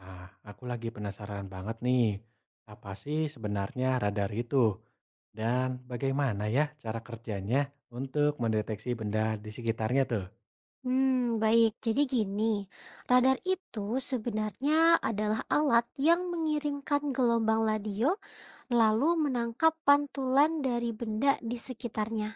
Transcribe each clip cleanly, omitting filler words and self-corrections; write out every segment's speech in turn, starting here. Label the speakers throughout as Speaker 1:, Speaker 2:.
Speaker 1: Nah, aku lagi penasaran banget nih, apa sih sebenarnya radar itu? Dan bagaimana ya cara kerjanya untuk mendeteksi benda di sekitarnya tuh?
Speaker 2: Baik. Jadi gini, radar itu sebenarnya adalah alat yang mengirimkan gelombang radio lalu menangkap pantulan dari benda di sekitarnya.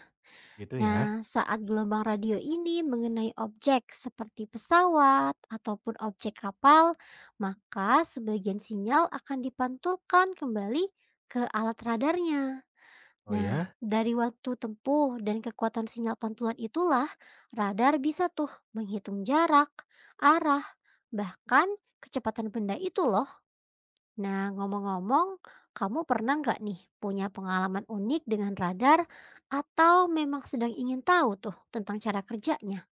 Speaker 1: Gitu ya.
Speaker 2: Nah, saat gelombang radio ini mengenai objek seperti pesawat ataupun objek kapal, maka sebagian sinyal akan dipantulkan kembali ke alat radarnya.
Speaker 1: Oh
Speaker 2: Nah,
Speaker 1: ya?
Speaker 2: dari waktu tempuh dan kekuatan sinyal pantulan itulah radar bisa tuh menghitung jarak, arah, bahkan kecepatan benda itu loh. Nah, ngomong-ngomong, kamu pernah nggak nih punya pengalaman unik dengan radar atau memang sedang ingin tahu tuh tentang cara kerjanya?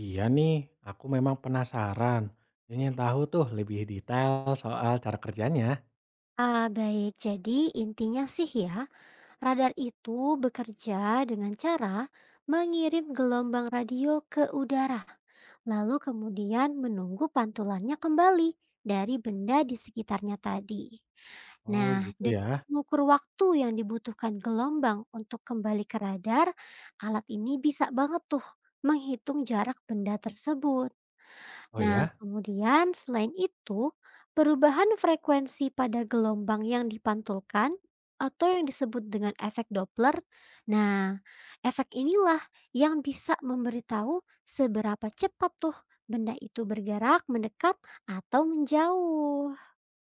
Speaker 1: Iya nih, aku memang penasaran. Ingin tahu tuh lebih detail soal cara kerjanya.
Speaker 2: Ah, baik. Jadi intinya sih ya, radar itu bekerja dengan cara mengirim gelombang radio ke udara lalu kemudian menunggu pantulannya kembali dari benda di sekitarnya tadi.
Speaker 1: Oh
Speaker 2: Nah,
Speaker 1: gitu
Speaker 2: dengan
Speaker 1: ya.
Speaker 2: mengukur waktu yang dibutuhkan gelombang untuk kembali ke radar, alat ini bisa banget tuh menghitung jarak benda tersebut.
Speaker 1: Oh
Speaker 2: Nah,
Speaker 1: ya?
Speaker 2: kemudian selain itu, perubahan frekuensi pada gelombang yang dipantulkan atau yang disebut dengan efek Doppler. Nah, efek inilah yang bisa memberitahu seberapa cepat tuh benda itu bergerak, mendekat, atau menjauh.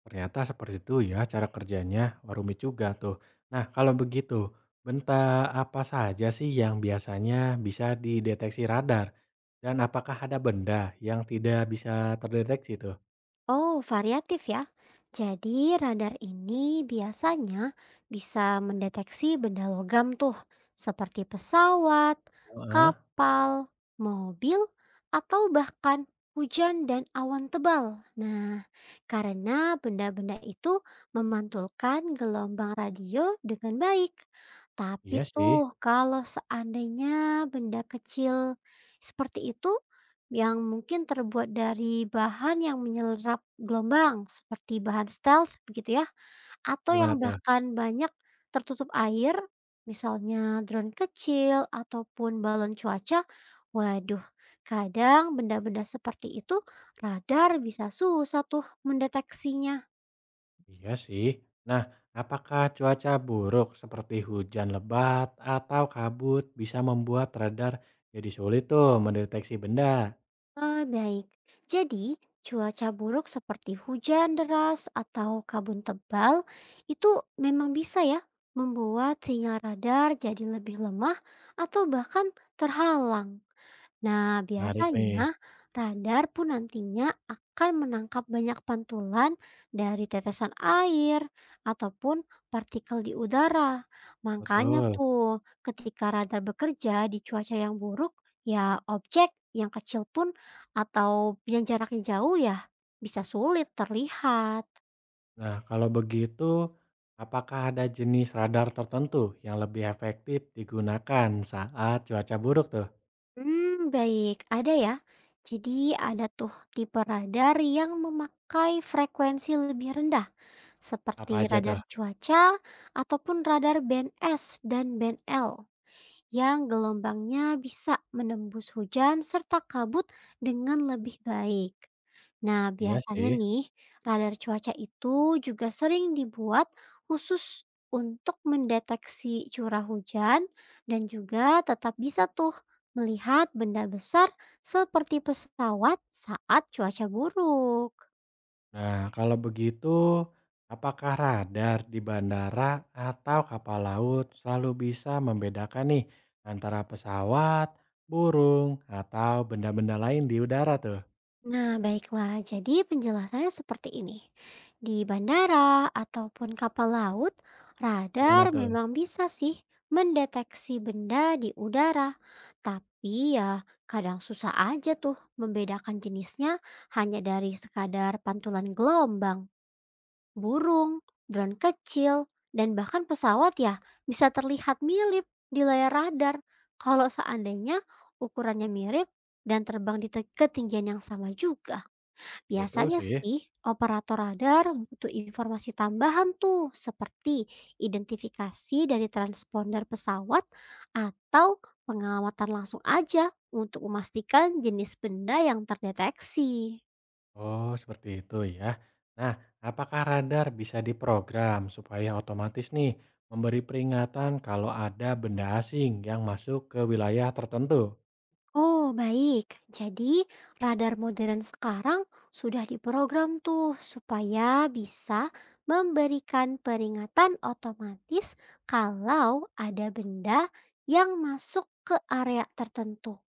Speaker 1: Ternyata seperti itu ya cara kerjanya, wah juga tuh. Nah kalau begitu, bentar apa saja sih yang biasanya bisa dideteksi radar? Dan apakah ada benda yang tidak bisa terdeteksi tuh?
Speaker 2: Oh, variatif ya. Jadi radar ini biasanya bisa mendeteksi benda logam tuh, seperti pesawat,
Speaker 1: Heeh,
Speaker 2: kapal, mobil, atau bahkan hujan dan awan tebal. Nah, karena benda-benda itu memantulkan gelombang radio dengan baik.
Speaker 1: iya
Speaker 2: Tapi
Speaker 1: sih,
Speaker 2: tuh kalau seandainya benda kecil seperti itu yang mungkin terbuat dari bahan yang menyerap gelombang seperti bahan stealth begitu ya, atau
Speaker 1: gimana
Speaker 2: yang
Speaker 1: tuh?
Speaker 2: bahkan banyak tertutup air, misalnya drone kecil ataupun balon cuaca. Waduh, kadang benda-benda seperti itu radar bisa susah tuh mendeteksinya.
Speaker 1: Iya sih. Nah, apakah cuaca buruk seperti hujan lebat atau kabut bisa membuat radar jadi sulit tuh mendeteksi benda?
Speaker 2: Oh, baik. Jadi, cuaca buruk seperti hujan deras atau kabut tebal itu memang bisa ya membuat sinyal radar jadi lebih lemah atau bahkan terhalang. Nah,
Speaker 1: Menarik nih,
Speaker 2: biasanya radar pun nantinya akan menangkap banyak pantulan dari tetesan air ataupun partikel di udara. Makanya
Speaker 1: betul.
Speaker 2: tuh, ketika radar bekerja di cuaca yang buruk, ya objek yang kecil pun atau yang jaraknya jauh ya bisa sulit terlihat.
Speaker 1: Nah, kalau begitu, apakah ada jenis radar tertentu yang lebih efektif digunakan saat cuaca buruk tuh?
Speaker 2: Baik, ada ya. Jadi ada tuh tipe radar yang memakai frekuensi lebih rendah
Speaker 1: Apa
Speaker 2: seperti
Speaker 1: aja
Speaker 2: radar
Speaker 1: tuh?
Speaker 2: cuaca ataupun radar band S dan band L yang gelombangnya bisa menembus hujan serta kabut dengan lebih baik. Nah,
Speaker 1: Iya
Speaker 2: biasanya
Speaker 1: sih.
Speaker 2: nih radar cuaca itu juga sering dibuat khusus untuk mendeteksi curah hujan dan juga tetap bisa tuh melihat benda besar seperti pesawat saat cuaca buruk.
Speaker 1: Nah, kalau begitu, apakah radar di bandara atau kapal laut selalu bisa membedakan nih antara pesawat, burung, atau benda-benda lain di udara tuh?
Speaker 2: Nah, baiklah. Jadi penjelasannya seperti ini. Di bandara ataupun kapal laut,
Speaker 1: Gimana
Speaker 2: radar
Speaker 1: tuh?
Speaker 2: memang bisa sih mendeteksi benda di udara. Tapi ya kadang susah aja tuh membedakan jenisnya hanya dari sekadar pantulan gelombang, burung, drone kecil, dan bahkan pesawat ya bisa terlihat mirip di layar radar. Kalau seandainya ukurannya mirip dan terbang di ketinggian yang sama juga.
Speaker 1: Betul
Speaker 2: Biasanya
Speaker 1: sih.
Speaker 2: sih, operator radar butuh informasi tambahan tuh, seperti identifikasi dari transponder pesawat atau pengamatan langsung aja untuk memastikan jenis benda yang terdeteksi.
Speaker 1: Oh, seperti itu ya. Nah, apakah radar bisa diprogram supaya otomatis nih memberi peringatan kalau ada benda asing yang masuk ke wilayah tertentu?
Speaker 2: Oh, baik. Jadi, radar modern sekarang sudah diprogram tuh supaya bisa memberikan peringatan otomatis kalau ada benda yang masuk ke area tertentu.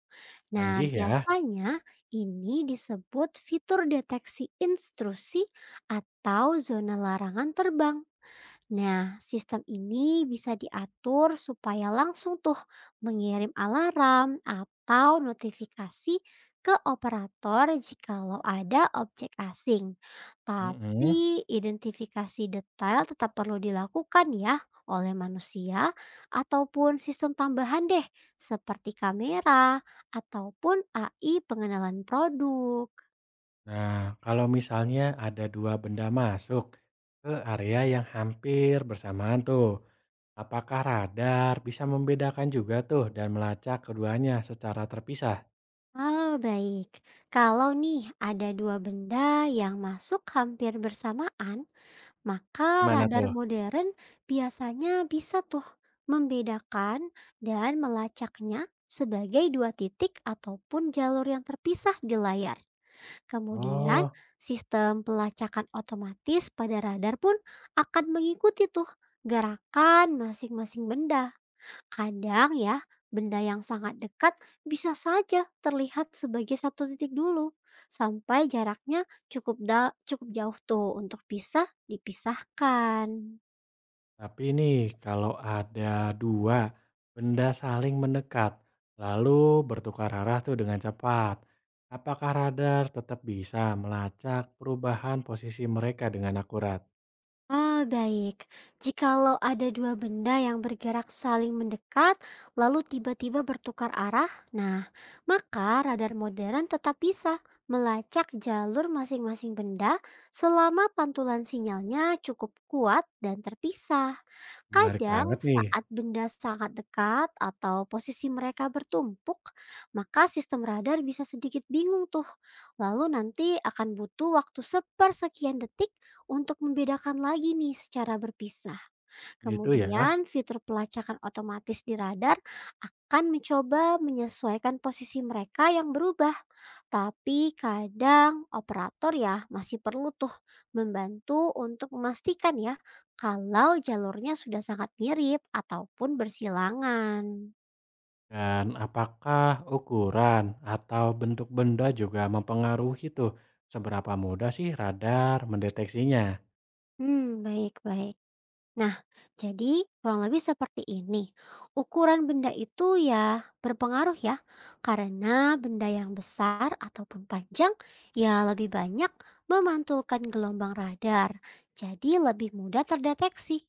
Speaker 2: Nah,
Speaker 1: Canggih ya.
Speaker 2: biasanya ini disebut fitur deteksi intrusi atau zona larangan terbang. Nah, sistem ini bisa diatur supaya langsung tuh mengirim alarm atau notifikasi ke operator jikalau ada objek asing.
Speaker 1: Mm-mm.
Speaker 2: Tapi identifikasi detail tetap perlu dilakukan ya oleh manusia ataupun sistem tambahan deh seperti kamera ataupun AI pengenalan produk.
Speaker 1: Nah, kalau misalnya ada dua benda masuk ke area yang hampir bersamaan tuh, apakah radar bisa membedakan juga tuh dan melacak keduanya secara terpisah?
Speaker 2: Oh, baik. Kalau nih ada dua benda yang masuk hampir bersamaan, maka
Speaker 1: Gimana
Speaker 2: radar
Speaker 1: tuh?
Speaker 2: modern biasanya bisa tuh membedakan dan melacaknya sebagai dua titik ataupun jalur yang terpisah di layar. Kemudian,
Speaker 1: Oh,
Speaker 2: sistem pelacakan otomatis pada radar pun akan mengikuti tuh gerakan masing-masing benda. Kadang ya, benda yang sangat dekat bisa saja terlihat sebagai satu titik dulu, sampai jaraknya cukup jauh tuh untuk bisa dipisahkan.
Speaker 1: tapi nih kalau ada dua benda saling mendekat, lalu bertukar arah tuh dengan cepat, apakah radar tetap bisa melacak perubahan posisi mereka dengan akurat?
Speaker 2: Ah, baik. Jikalau ada dua benda yang bergerak saling mendekat, lalu tiba-tiba bertukar arah, nah, maka radar modern tetap bisa melacak jalur masing-masing benda selama pantulan sinyalnya cukup kuat dan terpisah.
Speaker 1: Menarik
Speaker 2: Kadang
Speaker 1: banget nih,
Speaker 2: saat benda sangat dekat atau posisi mereka bertumpuk, maka sistem radar bisa sedikit bingung tuh. Lalu nanti akan butuh waktu sepersekian detik untuk membedakan lagi nih secara berpisah.
Speaker 1: gitu ya.
Speaker 2: Kemudian fitur pelacakan otomatis di radar akan mencoba menyesuaikan posisi mereka yang berubah tapi kadang operator ya masih perlu tuh membantu untuk memastikan ya kalau jalurnya sudah sangat mirip ataupun bersilangan.
Speaker 1: Dan apakah ukuran atau bentuk benda juga mempengaruhi tuh seberapa mudah sih radar mendeteksinya?
Speaker 2: Baik-baik. Nah, jadi kurang lebih seperti ini. Ukuran benda itu ya berpengaruh ya karena benda yang besar ataupun panjang ya lebih banyak memantulkan gelombang radar. Jadi lebih mudah terdeteksi.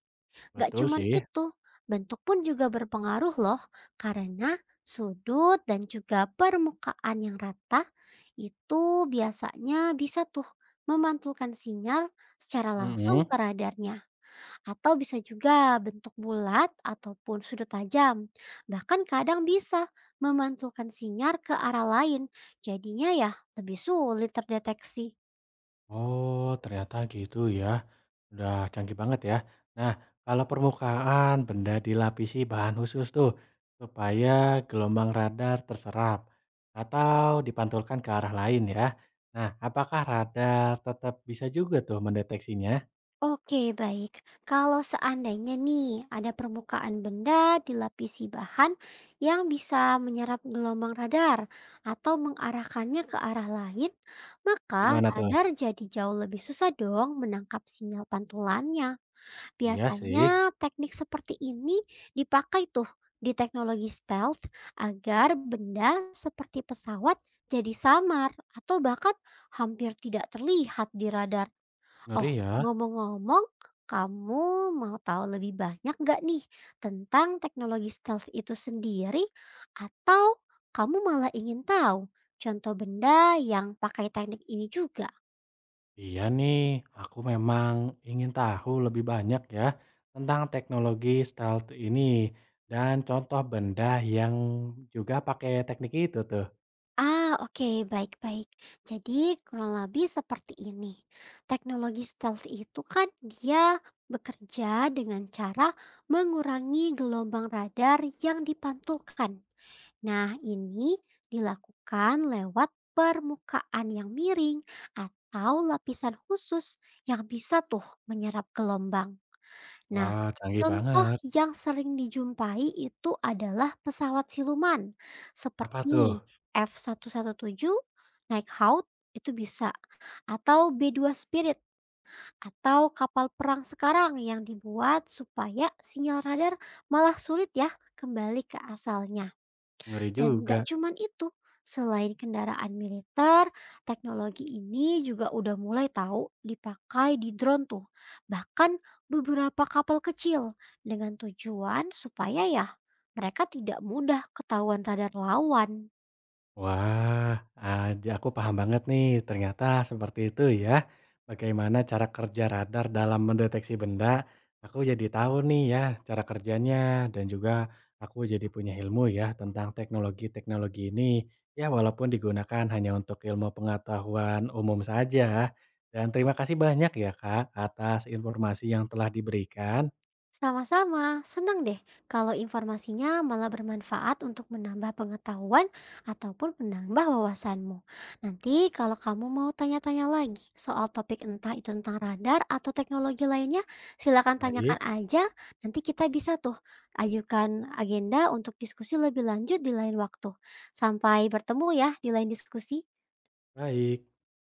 Speaker 2: Gak
Speaker 1: Betul
Speaker 2: cuman
Speaker 1: sih.
Speaker 2: itu, bentuk pun juga berpengaruh loh, karena sudut dan juga permukaan yang rata itu biasanya bisa tuh memantulkan sinyal secara langsung
Speaker 1: Mm-mm.
Speaker 2: ke radarnya atau bisa juga bentuk bulat ataupun sudut tajam. Bahkan kadang bisa memantulkan sinyal ke arah lain. Jadinya ya lebih sulit terdeteksi.
Speaker 1: Oh, ternyata gitu ya. Udah canggih banget ya. Nah, kalau permukaan benda dilapisi bahan khusus tuh supaya gelombang radar terserap atau dipantulkan ke arah lain ya. Nah, apakah radar tetap bisa juga tuh mendeteksinya?
Speaker 2: Oke, baik. Kalau seandainya nih ada permukaan benda dilapisi bahan yang bisa menyerap gelombang radar atau mengarahkannya ke arah lain, maka
Speaker 1: Gimana tuh?
Speaker 2: radar jadi jauh lebih susah dong menangkap sinyal pantulannya.
Speaker 1: Iya sih,
Speaker 2: Biasanya teknik seperti ini dipakai tuh di teknologi stealth agar benda seperti pesawat jadi samar atau bahkan hampir tidak terlihat di radar. Oh,
Speaker 1: ngeri ya.
Speaker 2: ngomong-ngomong, kamu mau tahu lebih banyak nggak nih tentang teknologi stealth itu sendiri? Atau kamu malah ingin tahu contoh benda yang pakai teknik ini juga?
Speaker 1: Iya nih, aku memang ingin tahu lebih banyak ya tentang teknologi stealth ini dan contoh benda yang juga pakai teknik itu tuh.
Speaker 2: Ah, oke, baik-baik. Jadi, kurang lebih seperti ini. Teknologi stealth itu kan dia bekerja dengan cara mengurangi gelombang radar yang dipantulkan. Nah, ini dilakukan lewat permukaan yang miring atau lapisan khusus yang bisa tuh menyerap gelombang. Nah,
Speaker 1: Wah, canggih
Speaker 2: contoh
Speaker 1: banget.
Speaker 2: yang sering dijumpai itu adalah pesawat siluman
Speaker 1: Apa tuh?
Speaker 2: seperti F117 Night Hawk itu bisa atau B2 Spirit atau kapal perang sekarang yang dibuat supaya sinyal radar malah sulit ya kembali ke asalnya.
Speaker 1: Ngeri
Speaker 2: Dan
Speaker 1: juga.
Speaker 2: nggak cuman itu, selain kendaraan militer, teknologi ini juga udah mulai tahu dipakai di drone tuh. Bahkan beberapa kapal kecil dengan tujuan supaya ya mereka tidak mudah ketahuan radar lawan.
Speaker 1: Wah, aja aku paham banget nih, ternyata seperti itu ya. Bagaimana cara kerja radar dalam mendeteksi benda, aku jadi tahu nih ya cara kerjanya dan juga aku jadi punya ilmu ya tentang teknologi-teknologi ini. Ya walaupun digunakan hanya untuk ilmu pengetahuan umum saja. Dan terima kasih banyak ya Kak atas informasi yang telah diberikan.
Speaker 2: Sama-sama, senang deh kalau informasinya malah bermanfaat untuk menambah pengetahuan ataupun menambah wawasanmu. Nanti kalau kamu mau tanya-tanya lagi soal topik entah itu tentang radar atau teknologi lainnya, silakan tanyakan
Speaker 1: Baik,
Speaker 2: aja. Nanti kita bisa tuh ajukan agenda untuk diskusi lebih lanjut di lain waktu. Sampai bertemu ya di lain diskusi.
Speaker 1: baik.